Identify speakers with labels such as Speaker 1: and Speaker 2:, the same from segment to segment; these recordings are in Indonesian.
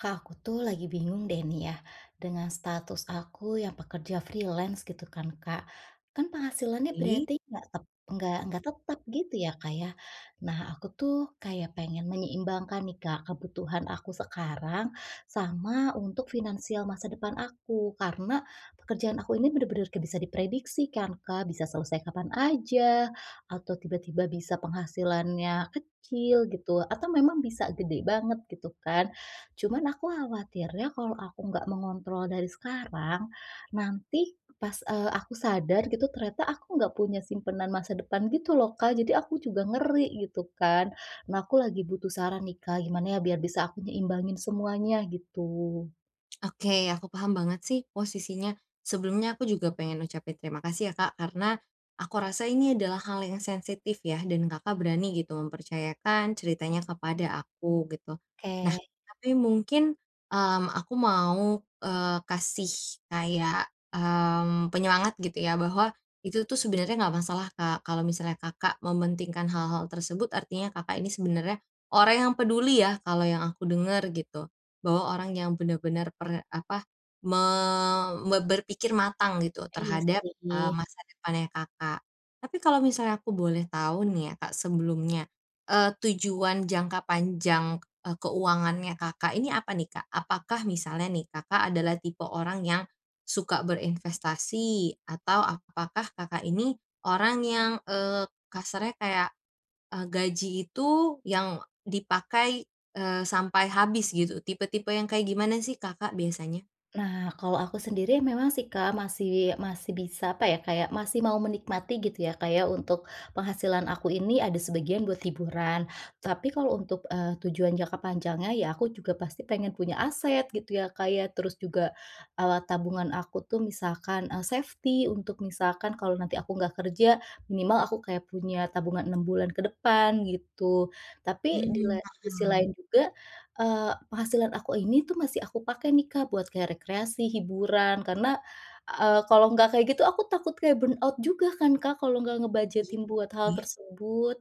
Speaker 1: Kak, aku tuh lagi bingung deh nih ya, dengan status aku yang pekerja freelance gitu kan, Kak. Kan penghasilannya
Speaker 2: Oke.
Speaker 1: berarti nggak tep nggak tetap gitu ya, Kak, ya. Nah, aku tuh kayak pengen menyeimbangkan nih, Kak, kebutuhan aku sekarang sama untuk finansial masa depan aku. Karena pekerjaan aku ini bener-bener nggak bisa diprediksi kan, Kak, bisa selesai kapan aja, atau tiba-tiba bisa penghasilannya kecil gitu, atau memang bisa gede banget gitu kan. Cuman aku khawatirnya kalau aku nggak mengontrol dari sekarang, nanti pas, aku sadar gitu ternyata aku nggak punya simpenan masa depan gitu loh, Kak. Jadi aku juga ngeri gitu kan. Nah, aku lagi butuh saran nih, Kak, gimana ya biar bisa aku nyimbangin semuanya gitu?
Speaker 2: Oke, aku paham banget sih posisinya. Sebelumnya aku juga pengen ucapin terima kasih ya Kak, karena aku rasa ini adalah hal yang sensitif ya, dan Kakak berani gitu mempercayakan ceritanya kepada aku gitu. Nah,
Speaker 1: Oke,
Speaker 2: tapi mungkin, aku mau, kasih kayak, penyemangat gitu ya, bahwa itu tuh sebenarnya nggak masalah Kak, kalau misalnya Kakak mementingkan hal-hal tersebut, artinya Kakak ini sebenarnya orang yang peduli ya, kalau yang aku dengar gitu. Bahwa orang yang benar-benar per apa, me me berpikir matang gitu
Speaker 1: iya
Speaker 2: terhadap,
Speaker 1: sih.
Speaker 2: masa depannya Kakak. Tapi kalau misalnya aku boleh tahu nih ya Kak sebelumnya, tujuan jangka panjang, keuangannya Kakak ini apa nih Kak? Apakah misalnya nih Kakak adalah tipe orang yang suka berinvestasi? Atau apakah Kakak ini orang yang, kasarnya kayak gaji itu yang dipakai, sampai habis gitu, tipe-tipe yang kayak gimana sih Kakak biasanya?
Speaker 1: Nah, kalau aku sendiri memang sih Kak, masih masih bisa apa ya, kayak masih mau menikmati gitu ya, kayak untuk penghasilan aku ini ada sebagian buat hiburan. Tapi kalau untuk, tujuan jangka panjangnya ya aku juga pasti pengen punya aset gitu ya kayak terus juga, tabungan aku tuh misalkan, safety untuk misalkan kalau nanti aku nggak kerja, minimal aku kayak punya tabungan 6 bulan ke depan gitu. Tapi di la sisi
Speaker 2: Paham.
Speaker 1: lain juga penghasilan aku ini tuh masih aku pakai nih, Kak, buat kayak rekreasi, hiburan, karena, kalau nggak kayak gitu aku takut kayak burnout juga kan, Kak, kalau nggak
Speaker 2: Iya
Speaker 1: ngebajetin buat hal tersebut.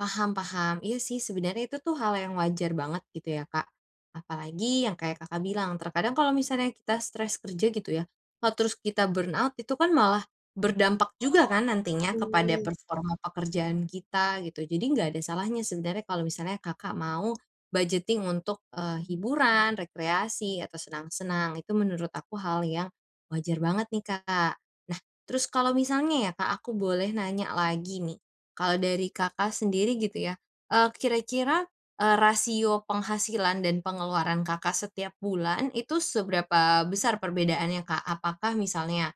Speaker 2: Paham paham. Iya sih, sebenarnya itu tuh hal yang wajar banget gitu ya, Kak. Apalagi yang kayak Kakak bilang, terkadang kalau misalnya kita stres kerja gitu ya, kalau terus kita burn out itu kan malah berdampak juga kan nantinya kepada
Speaker 1: Betul,
Speaker 2: performa pekerjaan kita gitu. Jadi nggak ada salahnya sebenarnya kalau misalnya Kakak mau budgeting untuk eh, hiburan, rekreasi, atau senang-senang. Itu menurut aku hal yang wajar banget nih, Kak. Nah, terus kalau misalnya ya, Kak, aku boleh nanya lagi nih. Kalau dari Kakak sendiri gitu ya, kira-kira, rasio penghasilan dan pengeluaran Kakak setiap bulan itu seberapa besar perbedaannya, Kak? Apakah misalnya,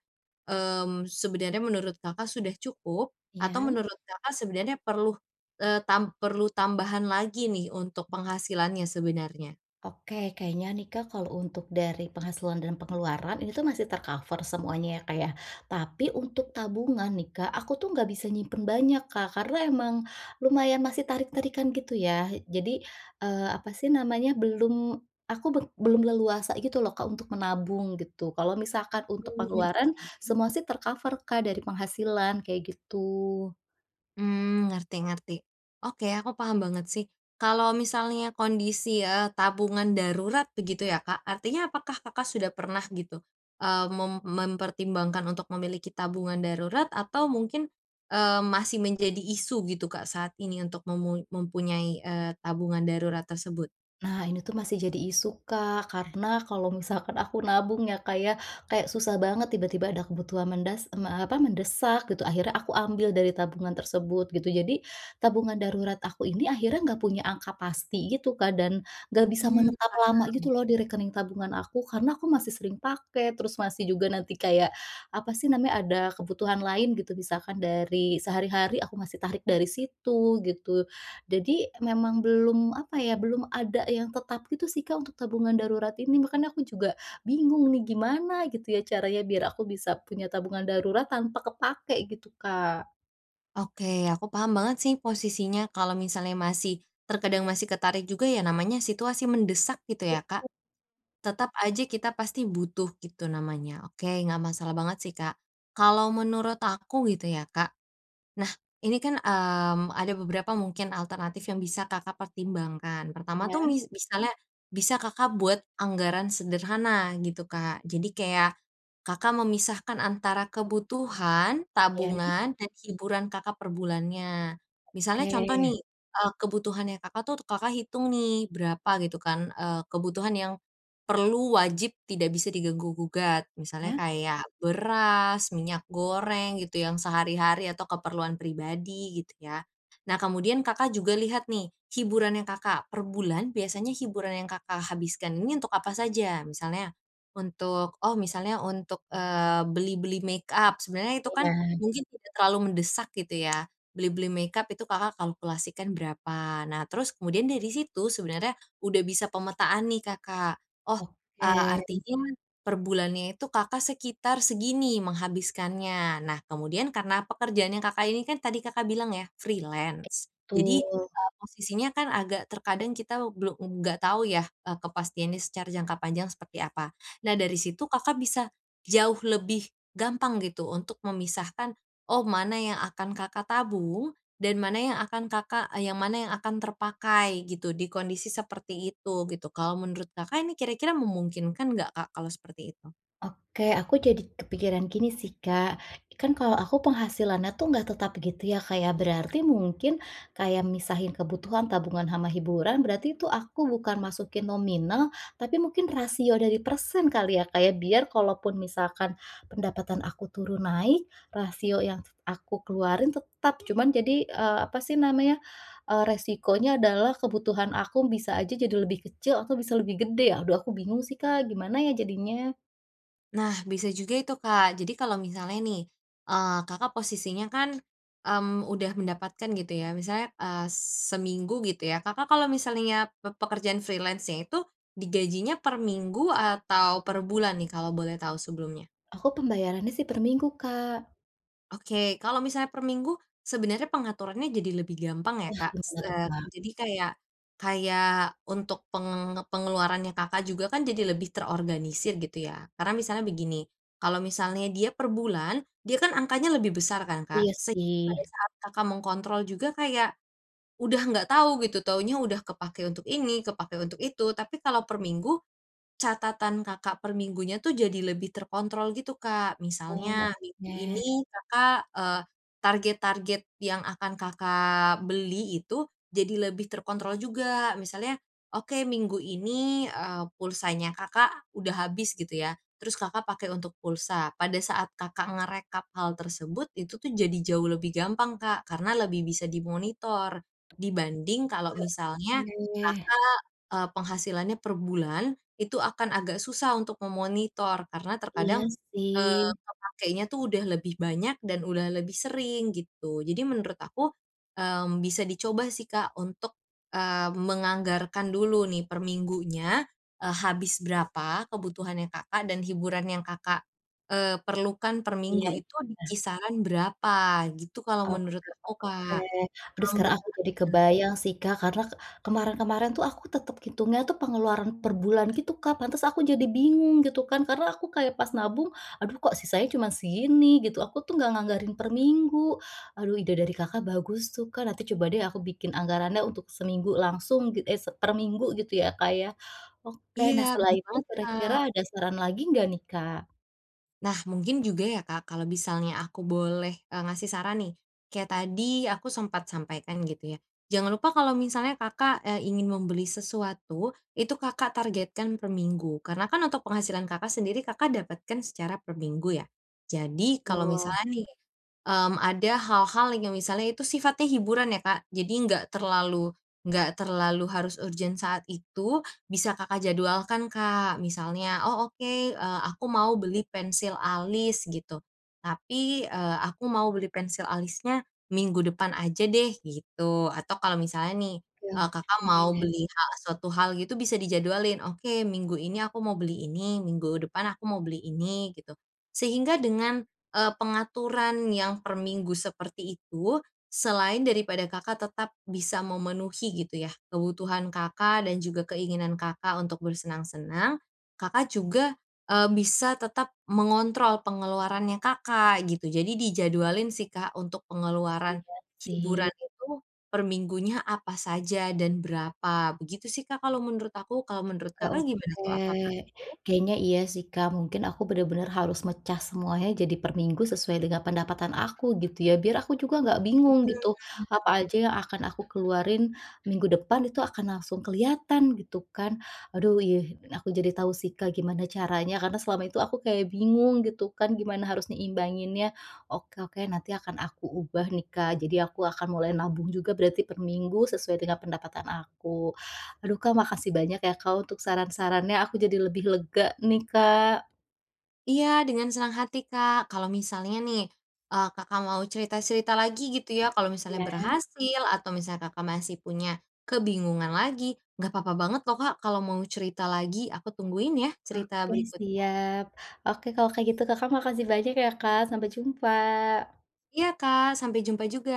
Speaker 2: sebenarnya menurut Kakak sudah cukup atau
Speaker 1: iya.
Speaker 2: menurut Kakak sebenarnya perlu, eee, tam perlu tambahan lagi nih untuk penghasilannya sebenarnya?
Speaker 1: Oke, kayaknya nih Kak, kalau untuk dari penghasilan dan pengeluaran ini tuh masih tercover semuanya ya Kak ya. Tapi untuk tabungan nih Kak, aku tuh nggak bisa nyimpen banyak Kak, karena emang lumayan masih tarik-tarikan gitu ya. Jadi, apa sih namanya, belum aku be belum leluasa gitu loh Kak, untuk menabung gitu. Kalau misalkan untuk Mhm. pengeluaran, semua sih ter Kak, dari penghasilan, kayak gitu.
Speaker 2: Ngerti ngerti. Oke, aku paham banget sih. Kalau misalnya kondisi, tabungan darurat begitu ya, Kak, artinya apakah Kakak sudah pernah gitu, eee, mem mempertimbangkan untuk memiliki tabungan darurat atau mungkin, masih menjadi isu gitu, Kak, saat ini untuk mempunyai, tabungan darurat tersebut?
Speaker 1: Nah, ini tuh masih jadi isu, Kak, karena kalau misalkan aku nabung ya, Kak, ya, kayak susah banget tiba-tiba ada kebutuhan mendesak gitu, akhirnya aku ambil dari tabungan tersebut gitu. Jadi, tabungan darurat aku ini akhirnya nggak punya angka pasti gitu, Kak, dan nggak bisa
Speaker 2: Mmm,
Speaker 1: menetap lama gitu loh di rekening tabungan aku karena aku masih sering pakai, terus masih juga nanti kayak, apa sih namanya, ada kebutuhan lain gitu, misalkan dari sehari-hari aku masih tarik dari situ gitu. Jadi memang belum, apa ya, belum ada yang tetap gitu sih, Kak, untuk tabungan darurat ini. Makanya aku juga bingung nih gimana gitu ya caranya biar aku bisa punya tabungan darurat tanpa kepake gitu, Kak.
Speaker 2: oke, aku paham banget sih posisinya kalau misalnya terkadang masih ketarik juga ya namanya situasi mendesak gitu ya,
Speaker 1: Bet
Speaker 2: Kak. Tetap aja kita pasti butuh gitu namanya. Oke, nggak masalah banget sih, Kak. Kalau menurut aku gitu ya, Kak. Nah, ini kan, ada beberapa mungkin alternatif yang bisa Kakak pertimbangkan. Pertama tuh
Speaker 1: ya,
Speaker 2: misalnya bisa Kakak buat anggaran sederhana gitu, Kak. Jadi kayak Kakak memisahkan antara kebutuhan,
Speaker 1: ya,
Speaker 2: tabungan, dan hiburan Kakak per bulannya. Misalnya contoh
Speaker 1: oke.
Speaker 2: nih, kebutuhannya Kakak tuh Kakak hitung nih berapa gitu kan, kebutuhan yang perlu, wajib, tidak bisa diganggu-gugat. Misalnya
Speaker 1: Ya.
Speaker 2: kayak beras, minyak goreng gitu yang sehari-hari atau keperluan pribadi gitu ya. Nah kemudian Kakak juga lihat nih, hiburannya Kakak per bulan biasanya hiburan yang Kakak habiskan ini untuk apa saja? Misalnya untuk oh misalnya untuk, beli-beli makeup, sebenarnya itu kan
Speaker 1: Ya,
Speaker 2: mungkin tidak terlalu mendesak gitu ya. Beli-beli makeup itu Kakak kalkulasikan berapa. Nah terus kemudian dari situ sebenarnya udah bisa pemetaan nih Kakak. Oh,
Speaker 1: oke,
Speaker 2: artinya per bulannya itu Kakak sekitar segini menghabiskannya. Nah kemudian karena pekerjaannya Kakak ini kan tadi Kakak bilang ya freelance. Jadi,
Speaker 1: betul.
Speaker 2: posisinya kan agak terkadang kita belum nggak tahu ya, kepastiannya secara jangka panjang seperti apa. Nah, dari situ Kakak bisa jauh lebih gampang gitu untuk memisahkan, oh mana yang akan Kakak tabung dan mana yang akan Kakak yang mana yang akan terpakai gitu di kondisi seperti itu gitu. Kalau menurut Kakak ini kira-kira memungkinkan nggak Kak kalau seperti itu?
Speaker 1: Oke, aku jadi kepikiran gini sih, Kak. Kan kalau aku penghasilannya tuh nggak tetap gitu ya, kayak berarti mungkin kayak misahin kebutuhan tabungan sama hiburan, berarti itu aku bukan masukin nominal, tapi mungkin rasio dari persen kali ya, kayak biar kalaupun misalkan pendapatan aku turun naik, rasio yang aku keluarin tetap, cuman jadi, apa sih namanya, resikonya adalah kebutuhan aku bisa aja jadi lebih kecil atau bisa lebih gede. Aduh aku bingung sih, Kak, gimana ya jadinya?
Speaker 2: Nah, bisa juga itu, Kak. Jadi kalau misalnya nih, Kakak posisinya kan, udah mendapatkan gitu ya, misalnya, seminggu gitu ya, Kakak kalau misalnya pekerjaan freelance-nya itu digajinya per minggu atau per bulan nih kalau boleh tahu sebelumnya?
Speaker 1: Aku pembayarannya sih per minggu, Kak.
Speaker 2: Oke, kalau misalnya per minggu, sebenarnya pengaturannya jadi lebih gampang ya,
Speaker 1: Nah,
Speaker 2: Kak.
Speaker 1: gimana tuh, Kak?
Speaker 2: Jadi kayak kayak untuk pengeluarannya Kakak juga kan jadi lebih terorganisir gitu ya. Karena misalnya begini, kalau misalnya dia per bulan, dia kan angkanya lebih besar kan, Kak.
Speaker 1: Iya
Speaker 2: Sehingga
Speaker 1: sih.
Speaker 2: pada saat Kakak mengkontrol juga kayak udah nggak tahu gitu, taunya udah kepake untuk ini, kepake untuk itu. Tapi kalau per minggu, catatan Kakak per minggunya tuh jadi lebih terkontrol gitu, Kak.
Speaker 1: Oh,
Speaker 2: Misalnya minggu
Speaker 1: oke.
Speaker 2: ini Kakak, target-target yang akan Kakak beli itu jadi lebih terkontrol juga. Misalnya, oke minggu ini, pulsanya Kakak udah habis gitu ya, terus Kakak pakai untuk pulsa. Pada saat Kakak ngerekap hal tersebut, itu tuh jadi jauh lebih gampang, Kak, karena lebih bisa dimonitor dibanding kalau misalnya
Speaker 1: Oke.
Speaker 2: Kakak, penghasilannya per bulan itu akan agak susah untuk memonitor karena terkadang,
Speaker 1: Iya
Speaker 2: eee,
Speaker 1: sih.
Speaker 2: kepakainya tuh udah lebih banyak dan udah lebih sering gitu. Jadi menurut aku, bisa dicoba sih Kak untuk, menganggarkan dulu nih per minggunya, habis berapa kebutuhannya Kakak dan hiburan yang Kakak, perlukan per minggu
Speaker 1: Iya.
Speaker 2: itu di kisaran berapa gitu kalau menurut
Speaker 1: Oke,
Speaker 2: aku
Speaker 1: oke.
Speaker 2: Kak.
Speaker 1: Aduh
Speaker 2: Kalau
Speaker 1: sekarang
Speaker 2: menurut
Speaker 1: aku
Speaker 2: Kakak
Speaker 1: jadi
Speaker 2: gimana?
Speaker 1: kebayang sih Kak, karena kemarin-kemarin tuh aku tetep ngitungnya tuh pengeluaran per bulan gitu Kak, pantes aku jadi bingung gitu kan, karena aku kayak pas nabung, aduh kok sisanya cuman segini gitu, aku tuh nggak nganggarin per minggu. Aduh ide dari Kakak bagus tuh Kak, nanti coba deh aku bikin anggarannya untuk seminggu langsung se per minggu gitu ya Kak ya. Oke,
Speaker 2: Iya
Speaker 1: nah setelah
Speaker 2: benar
Speaker 1: itu
Speaker 2: banget Kak.
Speaker 1: kira-kira ada saran lagi nggak nih Kak?
Speaker 2: Nah, mungkin juga ya Kak, kalau misalnya aku boleh, ngasih saran nih, kayak tadi aku sempat sampaikan gitu ya, jangan lupa kalau misalnya Kakak, ingin membeli sesuatu, itu Kakak targetkan per minggu, karena kan untuk penghasilan Kakak sendiri Kakak dapatkan secara per minggu ya. Jadi kalau
Speaker 1: Wah,
Speaker 2: misalnya nih ada hal-hal yang misalnya itu sifatnya hiburan ya, Kak, jadi nggak terlalu harus urgent saat itu, bisa Kakak jadwalkan, Kak. Misalnya, "Oh oke, aku mau beli pensil alis," gitu, "tapi, aku mau beli pensil alisnya minggu depan aja deh," gitu. Atau kalau misalnya nih, Kakak
Speaker 1: oke,
Speaker 2: mau
Speaker 1: oke.
Speaker 2: beli hal suatu hal gitu bisa dijadwalin, "Oke, minggu ini aku mau beli ini, minggu depan aku mau beli ini," gitu. Sehingga dengan pengaturan yang per minggu seperti itu, selain daripada Kakak tetap bisa memenuhi gitu ya, kebutuhan Kakak dan juga keinginan Kakak untuk bersenang-senang, Kakak juga, bisa tetap mengontrol pengeluarannya Kakak gitu. Jadi dijadwalin sih Kak untuk pengeluaran hiburan
Speaker 1: Sih.
Speaker 2: itu per minggunya apa saja dan berapa, begitu sih Kak kalau menurut aku. Kalau menurut
Speaker 1: Oke,
Speaker 2: Kakak
Speaker 1: oke.
Speaker 2: gimana tuh? Apakah
Speaker 1: Kayaknya iya sih, Kak, mungkin aku bener-bener harus mecah semuanya jadi per minggu sesuai dengan pendapatan aku gitu ya, biar aku juga nggak bingung gitu, apa aja yang akan aku keluarin minggu depan itu akan langsung kelihatan gitu kan. Aduh iya, aku jadi tahu sih, Kak, gimana caranya karena selama itu aku kayak bingung gitu kan gimana harus nyeimbanginnya. Oke, oke, nanti akan aku ubah nih, Kak, jadi aku akan mulai nabung juga berarti per minggu sesuai dengan pendapatan aku. Aduh, Kak, makasih banyak ya, Kak, untuk saran-sarannya. Aku jadi lebih lega nih, Kak.
Speaker 2: iya, dengan senang hati, Kak. Kalau misalnya nih, Kakak mau cerita-cerita lagi gitu ya, kalau misalnya
Speaker 1: Ya.
Speaker 2: berhasil atau misalnya Kakak masih punya kebingungan lagi, nggak apa-apa banget loh, Kak, kalau mau cerita lagi, aku tungguin ya cerita
Speaker 1: Oke,
Speaker 2: berikutnya.
Speaker 1: siap. Oke, kalau kayak gitu Kakak makasih banyak ya, Kak. Sampai jumpa.
Speaker 2: Iya, Kak, sampai jumpa juga.